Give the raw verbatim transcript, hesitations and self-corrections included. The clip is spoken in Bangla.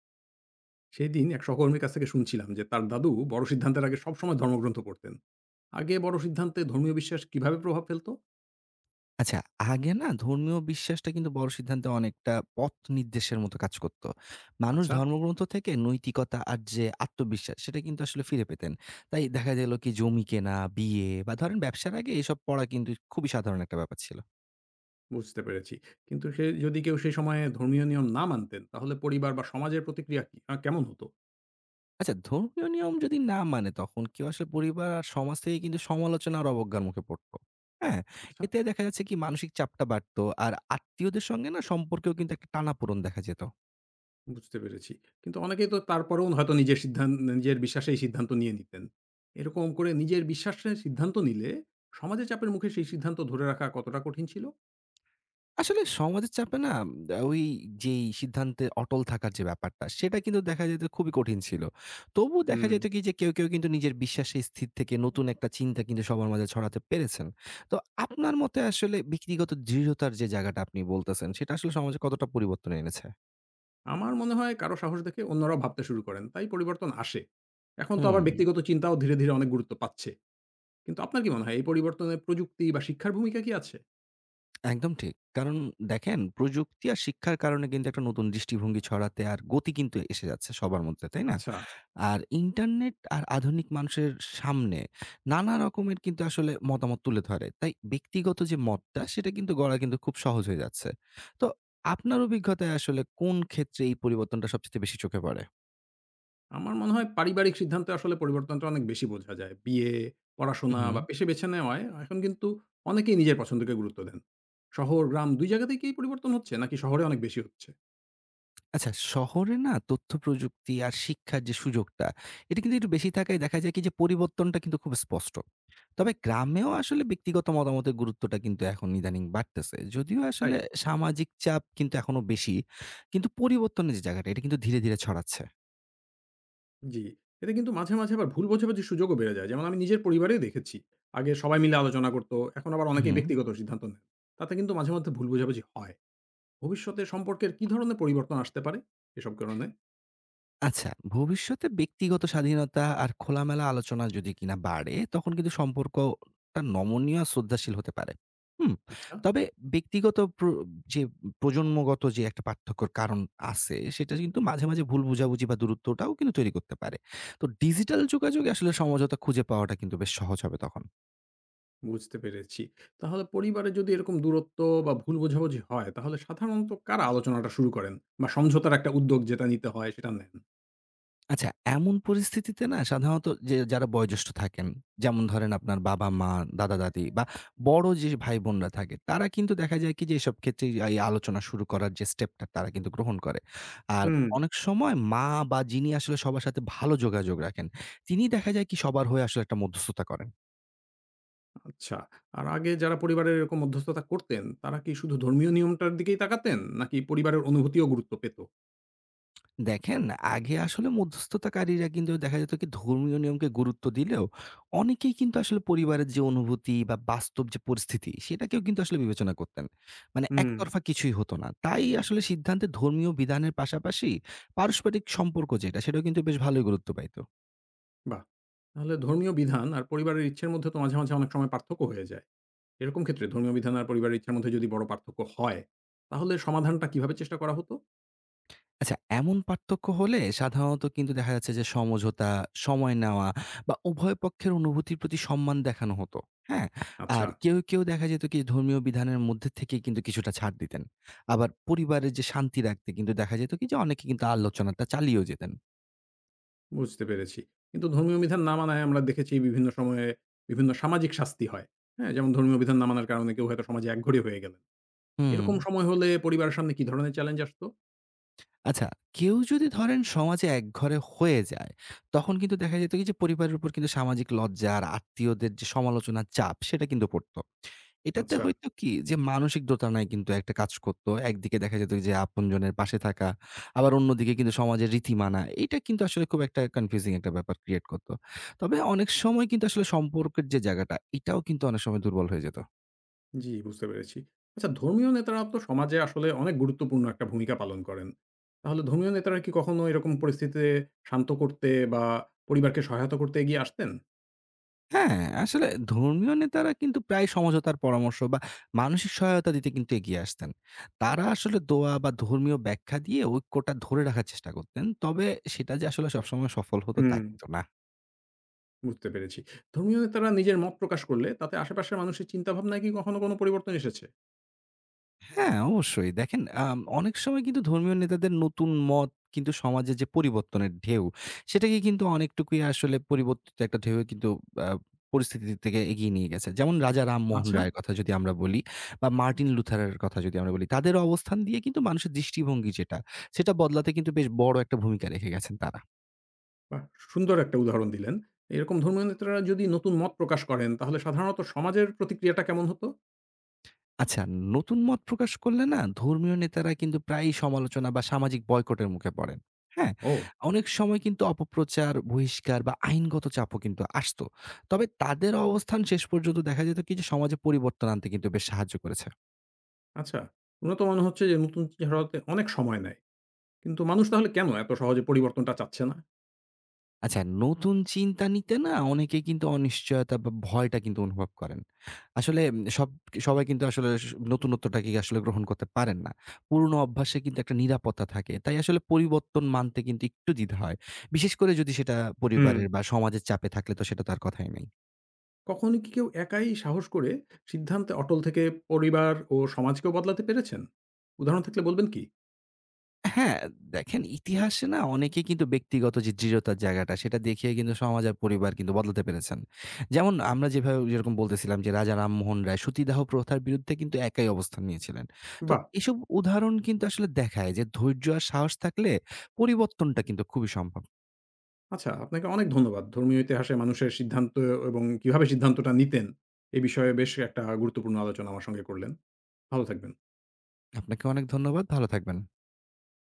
সেদিন এক সহকর্মীর কাছ থেকে শুনছিলাম যে তার দাদু বড় সিদ্ধান্তের আগে সবসময় ধর্মগ্রন্থ পড়তেন। আগে বড় সিদ্ধান্তে ধর্মীয় বিশ্বাস কিভাবে প্রভাব ফেলতো? আচ্ছা, আগে না ধর্মীয় বিশ্বাসটা কিন্তু বড় সিদ্ধান্তে অনেকটা পথ নির্দেশের মতো কাজ করত। মানুষ আচ্ছা, ধর্মগ্রন্থ থেকে নৈতিকতা আর যে আত্মবিশ্বাস সেটা কিন্তু আসলে ফিরে পেতেন। তাই দেখা গেল কি জমি কেনা, বিয়ে বা ধরেন ব্যবসার আগে এসব পড়া কিন্তু খুবই সাধারণ একটা ব্যাপার ছিল। বুঝতে পেরেছি। কিন্তু সে যদি কেউ সেই সময়ে ধর্মীয় নিয়ম না মানতেন তাহলে পরিবার বা সমাজের প্রতিক্রিয়া কি আহ, কেমন হতো? আচ্ছা ধর্মীয় নিয়ম যদি না মানে তখন কেউ আসলে পরিবার আর সমাজ থেকে কিন্তু সমালোচনা আর অবজ্ঞার মুখে পড়ত। হ্যাঁ? আচ্ছা, এতে দেখা যাচ্ছে কি মানসিক চাপটা বাড়ত আর আত্মীয়দের সঙ্গে না সম্পর্কেও কিন্তু একটা টানাপোড়ন দেখা যেত। বুঝতে পেরেছি। কিন্তু অনেকেই তো তারপরেও হয়তো নিজের সিদ্ধান্ত নিজের বিশ্বাসেই সিদ্ধান্ত নিয়ে নিতেন। এরকম করে নিজের বিশ্বাসের সিদ্ধান্ত নিলে সমাজের চাপের মুখে সেই সিদ্ধান্ত ধরে রাখা কতটা কঠিন ছিল? আসলে সমাজের চাপে না উম ওই যেই সিদ্ধান্তে অটল থাকার যে ব্যাপারটা, সেটা কিন্তু দেখা যেত খুবই কঠিন ছিল। তবুও দেখা হুম, যেত কি যে কেউ, কেউ কিন্তু নিজের বিশ্বাসে স্থির থেকে নতুন একটা চিন্তা কিন্তু সবার মাঝে ছড়াতে পেরেছেন। তো আপনার মতে আসলে ব্যক্তিগত দৃঢ়তার যে জায়গাটা আপনি বলতেছেন, সেটা আসলে সমাজে কতটা পরিবর্তন এনেছে? আমার মনে হয় কারো সাহস দেখে অন্যরাও ভাবতে শুরু করেন। তাই পরিবর্তন আসে। এখন তো আবার হুম, ব্যক্তিগত চিন্তাও ধীরে, ধীরে অনেক গুরুত্ব পাচ্ছে। কিন্তু আপনার কি মনে হয় এই পরিবর্তনে প্রযুক্তি বা শিক্ষার ভূমিকা কি আছে? একদম ঠিক। কারণ দেখেন প্রযুক্তি আর শিক্ষার কারণে কিন্তু একটা নতুন দৃষ্টিভঙ্গি ছড়াতে আর গতি কিন্তু এসে যাচ্ছে সবার মধ্যে, তাই না? আচ্ছা। আর ইন্টারনেট আর আধুনিক মানুষের সামনে নানা রকমের কিন্তু আসলে মতামত তুলে ধরে। তাই ব্যক্তিগত যে মতটা সেটা কিন্তু গড়া কিন্তু খুব সহজ হয়ে যাচ্ছে। তো আপনার অভিজ্ঞতায় আসলে কোন ক্ষেত্রে এই পরিবর্তনটা সবচাইতে বেশি চোখে পড়ে? আমার মনে হয় পারিবারিক সিদ্ধান্তে আসলে পরিবর্তনটা অনেক বেশি বোঝা যায়। বিয়ে, হু, পড়াশোনা হু। বা পেশা বেছে নেওয়ায় এখন কিন্তু অনেকেই নিজের পছন্দকে গুরুত্ব দেন। শহর, গ্রাম দুই জায়গাতেই কি এই পরিবর্তন হচ্ছে নাকি শহরে অনেক বেশি হচ্ছে? আচ্ছা শহরে না তথ্য প্রযুক্তি আর শিক্ষার যে সুযোগটা এটা কিন্তু একটু বেশি থাকায় দেখা যায় কি যে পরিবর্তনটা কিন্তু খুব স্পষ্ট। তবে গ্রামেও আসলে ব্যক্তিগত মতামতের গুরুত্বটা কিন্তু এখন ইদানিং বাড়তেছে যদিও তাই? আসলে সামাজিক চাপ কিন্তু এখনো বেশি, কিন্তু পরিবর্তনের যে জায়গাটা এটা কিন্তু ধীরে ধীরে ছড়াচ্ছে। জি। এতে কিন্তু মাঝে, মাঝে আবার ভুল বোঝাবুঝির সুযোগও বেড়ে যায়। যেমন আমি নিজের পরিবারেই দেখেছি। আগে সবাই মিলে আলোচনা করত। এখন আবার অনেকেই হুম। ব্যক্তিগত সিদ্ধান্ত নেন। তাতে কিন্তু মাঝে মধ্যে ভুল বোঝাবুঝি হয়। ভবিষ্যতে সম্পর্কের কি ধরনের পরিবর্তন আসতে পারে এসব কারণে? আচ্ছা, ভবিষ্যতে ব্যক্তিগত স্বাধীনতা আর খোলামেলা আলোচনা যদি কিনা বাড়ে, তখন কিন্তু সম্পর্কটা নমনীয় আর শ্রদ্ধাশীল হতে পারে। হুম? আচ্ছা, তবে ব্যক্তিগত প্র যে প্রজন্মগত যে একটা পার্থক্যর কারণ আছে, সেটা কিন্তু মাঝে, মাঝে ভুল বোঝাবুঝি বা দূরত্বটাও কিন্তু তৈরি করতে পারে। তো ডিজিটাল যোগাযোগে আসলে সমঝোতা খুঁজে পাওয়াটা কিন্তু বেশ সহজ হবে তখন। বুঝতে পেরেছি। তাহলে পরিবারে যদি এরকম দূরত্ব বা ভুল বোঝাবুঝি হয়, তাহলে সাধারণত কারা আলোচনাটা শুরু করেন বা সমঝোতার একটা উদ্যোগ যেটা নিতে হয় সেটা নেন? আচ্ছা, এমন পরিস্থিতিতে না সাধারণত যে যারা বয়োজ্যেষ্ঠ থাকেন, যেমন ধরেন আপনার বাবা-মা, দাদা-দাদি বা বড় যে ভাই-বোনরা থাকে, তারা কিন্তু দেখা যায় কি যে এসব ক্ষেত্রে এই আলোচনা শুরু করার যে স্টেপটা তারা কিন্তু গ্রহণ করে। আর হুম। অনেক সময় মা বা যিনি আসলে সবার সাথে ভালো যোগাযোগ রাখেন, তিনি দেখা যায় কি সবার হয়ে আসলে একটা মধ্যস্থতা করেন। আচ্ছা। আর আগে যারা পরিবারের এরকম মধ্যস্থতা করতেন, তারা কি শুধু ধর্মীয় নিয়মটার দিকেই তাকাতেন নাকি পরিবারের অনুভূতিও গুরুত্ব পেত? দেখেন, আগে আসলে মধ্যস্থতাকারীরা কিন্তু দেখা যেত কি ধর্মীয় নিয়মকে গুরুত্ব দিলেও অনেকেই কিন্তু আসলে পরিবারের যে অনুভূতি বা বাস্তব যে পরিস্থিতি সেটাকেও কিন্তু আসলে বিবেচনা করতেন। মানে হুম, একতরফা কিছুই হতো না। তাই আসলে সিদ্ধান্তে ধর্মীয় বিধানের পাশাপাশি পারস্পরিক সম্পর্ক যেটা সেটাও কিন্তু বেশ ভালোই গুরুত্ব পাইত। বাহ! তাহলে ধর্মীয় বিধান আর পরিবারের ইচ্ছের মধ্যে তো মাঝে, মাঝে অনেক সময় পার্থক্য হয়ে যায়। এরকম ক্ষেত্রে ধর্মীয় বিধান আর পরিবারের ইচ্ছার মধ্যে যদি বড় পার্থক্য হয়, তাহলে সমাধানটা কিভাবে চেষ্টা করা হতো? আচ্ছা, এমন পার্থক্য হলে সাধারণত কিন্তু দেখা যাচ্ছে যে সমঝোতা, সময় নেওয়া বা উভয় পক্ষের অনুভূতির প্রতি সম্মান দেখানো হতো। হ্যাঁ? আচ্ছা, আর কেউ, কেউ দেখা যেত কি ধর্মীয় বিধানের মধ্যে থেকে কিন্তু কিছুটা ছাড় দিতেন। আবার পরিবারের যে শান্তি রাখতে কিন্তু দেখা যেত কি যে অনেকে কিন্তু আলোচনাটা চালিয়েও যেতেন। বুঝতে পেরেছি। কিন্তু ধর্মীয় বিধান না মানায় আমরা দেখেছি বিভিন্ন সময়ে বিভিন্ন সামাজিক শাস্তি হয়। হ্যাঁ? যেমন ধর্মীয় বিধান না মানার কারণে কেউ হয়তো সমাজে একঘরে হয়ে গেলেন। হুম। এরকম সময় হলে পরিবারের সামনে কি ধরনের চ্যালেঞ্জ আসতো? আচ্ছা, কেউ যদি ধরেন সমাজে একঘরে হয়ে যায়, তখন কিন্তু দেখা যেত কি যে পরিবারের উপর কিন্তু সামাজিক লজ্জা আর আত্মীয়দের যে সমালোচনার চাপ সেটা কিন্তু পড়ত। এটাতে আচ্ছা। হইতো কি যে মানসিক দোটানায় কিন্তু একটা কাজ করত। একদিকে দেখা যেত যে আপনজনের পাশে থাকা, আবার অন্যদিকে কিন্তু সমাজের রীতি মানা। এটা কিন্তু আসলে খুব একটা কনফিউজিং একটা ব্যাপার ক্রিয়েট করত। তবে অনেক সময় কিন্তু আসলে সম্পর্কের যে জায়গাটা, এটাও কিন্তু অনেক সময় দুর্বল হয়ে যেত। জি, বুঝতে পেরেছি। আচ্ছা, ধর্মীয় নেতারা তো সমাজে আসলে অনেক গুরুত্বপূর্ণ একটা ভূমিকা পালন করেন। তাহলে ধর্মীয় নেতারা কি কখনো এরকম পরিস্থিতিতে শান্ত করতে বা পরিবারকে সহায়তা করতে এগিয়ে আসতেন? হ্যাঁ, আসলে ধর্মীয় নেতারা কিন্তু প্রায় সমঝোতার পরামর্শ বা মানসিক সহায়তা দিতে কিন্তু এগিয়ে আসতেন। তারা আসলে দোয়া বা ধর্মীয় ব্যাখ্যা দিয়ে ঐক্যটা ধরে রাখার চেষ্টা করতেন। তবে সেটা যে আসলে সবসময় সফল হতো তা হুম। কিন্তু না। বুঝতে পেরেছি। ধর্মীয় নেতারা নিজের মত প্রকাশ করলে তাতে আশেপাশের মানুষের চিন্তাভাবনায় কি কখনো কোনো পরিবর্তন এসেছে? হ্যাঁ, অবশ্যই। দেখেন আম অনেক সময় কিন্তু ধর্মীয় নেতাদের নতুন মত কিন্তু সমাজে যে পরিবর্তনের ঢেউ, সেটাকে কিন্তু অনেকটুকুই আসলে পরিবর্তিত একটা ঢেউয়ে কিন্তু আ পরিস্থিতি থেকে এগিয়ে নিয়ে গেছে। যেমন রাজা রামমোহন আচ্ছা। রায়ের কথা যদি আমরা বলি বা মার্টিন লুথারের কথা যদি আমরা বলি, তাদের অবস্থান দিয়ে কিন্তু মানুষের দৃষ্টিভঙ্গি যেটা, সেটা বদলাতে কিন্তু বেশ বড় একটা ভূমিকা রেখে গেছেন তারা। বাহ! সুন্দর একটা উদাহরণ দিলেন। এরকম ধর্মীয় নেতারা যদি নতুন মত প্রকাশ করেন তাহলে সাধারণত সমাজের প্রতিক্রিয়াটা কেমন হতো? আচ্ছা, নতুন মত প্রকাশ করলে না ধর্মীয় নেতারা কিন্তু প্রায়ই সমালোচনা বা সামাজিক বয়কটের মুখে পড়েন। হ্যাঁ? ও অনেক সময় কিন্তু অপপ্রচার, বহিষ্কার বা আইনগত চাপও কিন্তু আসতো। তবে তাদের অবস্থান শেষ পর্যন্ত দেখা যেত কি যে সমাজে পরিবর্তন আনতে কিন্তু বেশ সাহায্য করেছে। আচ্ছা। উন্নত মনে হচ্ছে যে নতুন ছড়াতে অনেক সময় নেয়। কিন্তু মানুষ তাহলে কেন এত সহজে পরিবর্তনটা চাচ্ছে না? আচ্ছা, নতুন চিন্তা নিতে না অনেকেই কিন্তু অনিশ্চয়তা বা ভয়টা কিন্তু অনুভব করেন। আসলে উম সব সবাই কিন্তু আসলে স নতুনত্বটাকে আসলে গ্রহণ করতে পারেন না। পুরনো অভ্যাসে কিন্তু একটা নিরাপত্তা থাকে। তাই আসলে পরিবর্তন মানতে কিন্তু একটু দ্বিধা হয়। বিশেষ করে যদি সেটা হুম। পরিবারের বা সমাজের চাপে থাকলে তো সেটা তো আর কথাই নেই। কখনো কি কেউ একাই সাহস করে সিদ্ধান্তে অটল থেকে পরিবার ও সমাজকেও বদলাতে পেরেছেন? উদাহরণ থাকলে বলবেন কি? হ্যাঁ, দেখেন ইতিহাসে না অনেকেই কিন্তু ব্যক্তিগত যে দৃঢ়তার জায়গাটা সেটা দেখিয়ে কিন্তু সমাজ আর পরিবার কিন্তু বদলাতে পেরেছেন। যেমন আমরা যেভাবে যেরকম বলতেছিলাম যে রাজা রামমোহন রায় সতীদাহ প্রথার বিরুদ্ধে কিন্তু একাই অবস্থান নিয়েছিলেন। তো বাহ! এসব উদাহরণ কিন্তু আসলে দেখায় যে ধৈর্য আর সাহস থাকলে পরিবর্তনটা কিন্তু খুবই সম্ভব। আচ্ছা, আপনাকে অনেক ধন্যবাদ। ধর্মীয় ইতিহাসে মানুষের সিদ্ধান্ত এবং কিভাবে সিদ্ধান্তটা নিতেন, এ বিষয়ে বেশ একটা গুরুত্বপূর্ণ আলোচনা আমার সঙ্গে করলেন। ভালো থাকবেন। আপনাকে অনেক ধন্যবাদ। ভালো থাকবেন।